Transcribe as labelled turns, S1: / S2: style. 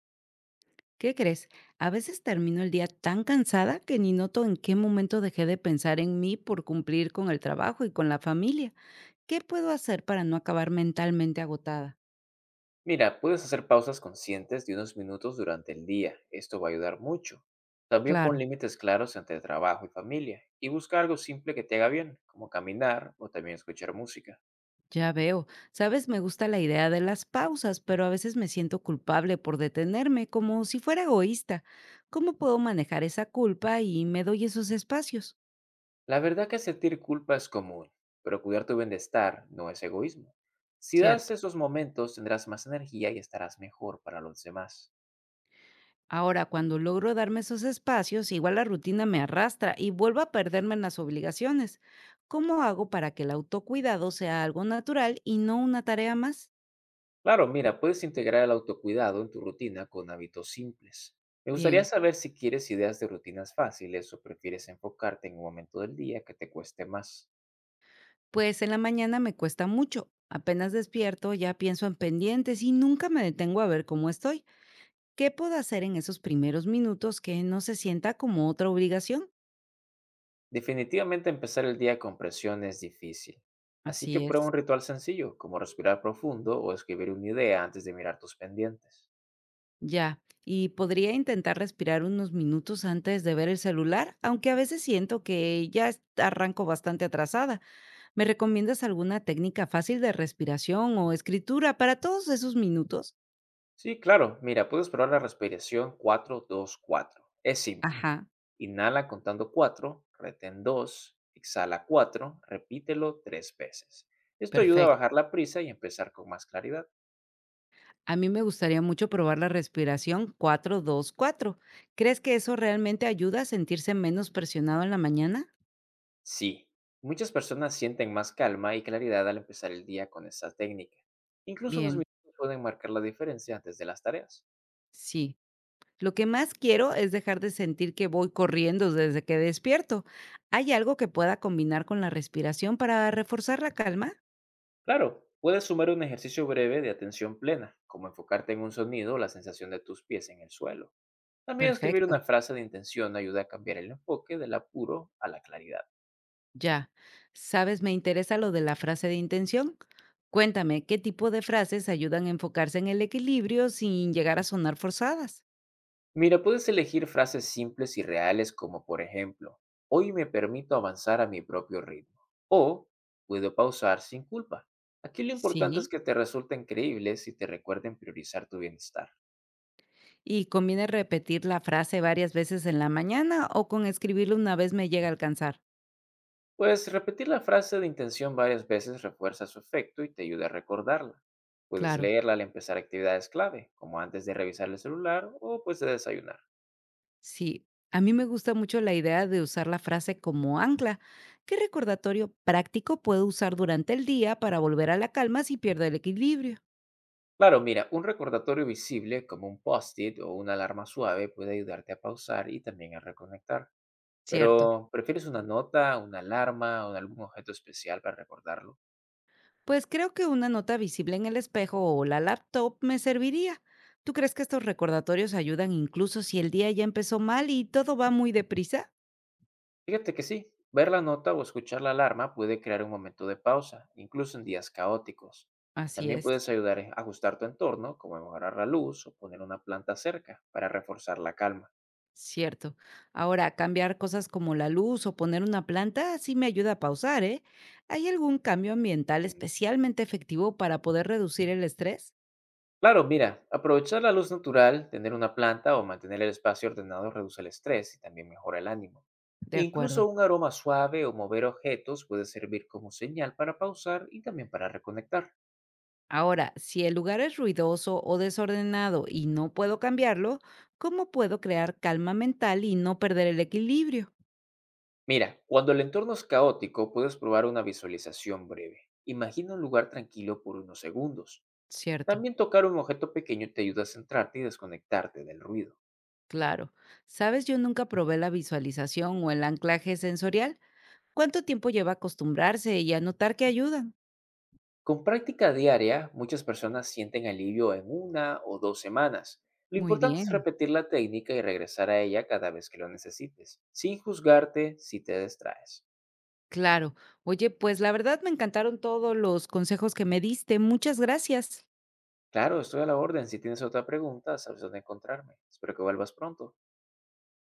S1: ¿Qué crees? A veces termino el día tan cansada que ni noto en qué momento dejé de pensar en mí por cumplir con el trabajo y con la familia. ¿Qué puedo hacer para no acabar mentalmente agotada?
S2: Mira, puedes hacer pausas conscientes de unos minutos durante el día. Esto va a ayudar mucho. También
S1: Claro,
S2: pon límites claros entre trabajo y familia y busca algo simple que te haga bien, como caminar o también escuchar música.
S1: ya veo. Sabes, me gusta la idea de las pausas, pero a veces me siento culpable por detenerme, como si fuera egoísta. ¿Cómo puedo manejar esa culpa y me doy esos espacios?
S2: La verdad que sentir culpa es común, pero cuidar tu bienestar no es egoísmo. Si das
S1: Cierto.
S2: esos momentos, tendrás más energía y estarás mejor para los demás.
S1: Ahora, cuando logro darme esos espacios, igual la rutina me arrastra y vuelvo a perderme en las obligaciones. ¿Cómo hago para que el autocuidado sea algo natural y no una tarea más?
S2: Claro, mira, puedes integrar el autocuidado en tu rutina con hábitos simples. Me gustaría
S1: Bien,
S2: saber si quieres ideas de rutinas fáciles o prefieres enfocarte en un momento del día que te cueste más.
S1: pues en la mañana me cuesta mucho. Apenas despierto, ya pienso en pendientes y nunca me detengo a ver cómo estoy. ¿Qué puedo hacer en esos primeros minutos que no se sienta como otra obligación?
S2: Definitivamente empezar el día con presión es difícil. Así que
S1: Así
S2: prueba
S1: es.
S2: un ritual sencillo, como respirar profundo o escribir una idea antes de mirar tus pendientes.
S1: Ya, y podría intentar respirar unos minutos antes de ver el celular, aunque a veces siento que arranco bastante atrasada. ¿Me recomiendas alguna técnica fácil de respiración o escritura para todos esos minutos?
S2: Sí, claro, mira, puedes probar la respiración 4-2-4. Es simple.
S1: Ajá,
S2: Inhala contando 4, retén 2, exhala 4. Repítelo 3 veces. Esto ayuda a
S1: perfecto.
S2: bajar la prisa y empezar con más claridad.
S1: A mí me gustaría mucho probar la respiración 4-2-4. ¿Crees que eso realmente ayuda a sentirse menos presionado en la mañana?
S2: Sí, muchas personas sienten más calma y claridad al empezar el día con esta técnica. Incluso unos
S1: Bien,
S2: minutos pueden marcar la diferencia antes de las tareas.
S1: sí. Lo que más quiero es dejar de sentir que voy corriendo desde que despierto. ¿Hay algo que pueda combinar con la respiración para reforzar la calma?
S2: Claro, puedes sumar un ejercicio breve de atención plena, como enfocarte en un sonido o la sensación de tus pies en el suelo. También escribir
S1: Perfecto,
S2: una frase de intención ayuda a cambiar el enfoque del apuro a la claridad.
S1: ya. Sabes, me interesa lo de la frase de intención. Cuéntame, ¿qué tipo de frases ayudan a enfocarse en el equilibrio sin llegar a sonar forzadas?
S2: Mira, puedes elegir frases simples y reales como por ejemplo, hoy me permito avanzar a mi propio ritmo o puedo pausar sin culpa. Aquí lo importante
S1: Sí.
S2: es que te resulten creíbles y te recuerden priorizar tu bienestar.
S1: ¿Y conviene repetir la frase varias veces en la mañana o con escribirla una vez me llega a alcanzar?
S2: Pues repetir la frase de intención varias veces refuerza su efecto y te ayuda a recordarla. Puedes
S1: Claro.
S2: leerla al empezar actividades clave, como antes de revisar el celular o pues de desayunar.
S1: Sí, a mí me gusta mucho la idea de usar la frase como ancla. ¿Qué recordatorio práctico puedo usar durante el día para volver a la calma si pierdo el equilibrio?
S2: Claro, mira, un recordatorio visible como un post-it o una alarma suave puede ayudarte a pausar y también a reconectar.
S1: Cierto.
S2: Pero, ¿prefieres una nota, una alarma o algún objeto especial para recordarlo?
S1: Pues creo que una nota visible en el espejo o la laptop me serviría. ¿Tú crees que estos recordatorios ayudan incluso si el día ya empezó mal y todo va muy deprisa?
S2: Fíjate que sí, ver la nota o escuchar la alarma puede crear un momento de pausa, incluso en días caóticos.
S1: Así
S2: También
S1: es.
S2: puedes ayudar a ajustar tu entorno, como mejorar la luz o poner una planta cerca para reforzar la calma.
S1: Cierto. Ahora, cambiar cosas como la luz o poner una planta sí me ayuda a pausar, ¿eh? ¿Hay algún cambio ambiental
S2: Mm,
S1: especialmente efectivo para poder reducir el estrés?
S2: Claro, mira, aprovechar la luz natural, tener una planta o mantener el espacio ordenado reduce el estrés y también mejora el ánimo.
S1: De
S2: Incluso
S1: acuerdo.
S2: un aroma suave o mover objetos puede servir como señal para pausar y también para reconectar.
S1: Ahora, si el lugar es ruidoso o desordenado y no puedo cambiarlo, ¿cómo puedo crear calma mental y no perder el equilibrio?
S2: Mira, cuando el entorno es caótico, puedes probar una visualización breve. Imagina un lugar tranquilo por unos segundos.
S1: Cierto,
S2: También tocar un objeto pequeño te ayuda a centrarte y desconectarte del ruido.
S1: claro. Sabes, yo nunca probé la visualización o el anclaje sensorial. ¿Cuánto tiempo lleva acostumbrarse y a notar que ayudan?
S2: Con práctica diaria, muchas personas sienten alivio en una o 2 semanas. Lo
S1: Muy
S2: importante es
S1: bien.
S2: repetir la técnica y regresar a ella cada vez que lo necesites, sin juzgarte si te distraes.
S1: Claro. Oye, pues la verdad me encantaron todos los consejos que me diste. Muchas gracias.
S2: Claro, estoy a la orden. Si tienes otra pregunta, sabes dónde encontrarme. Espero que vuelvas pronto.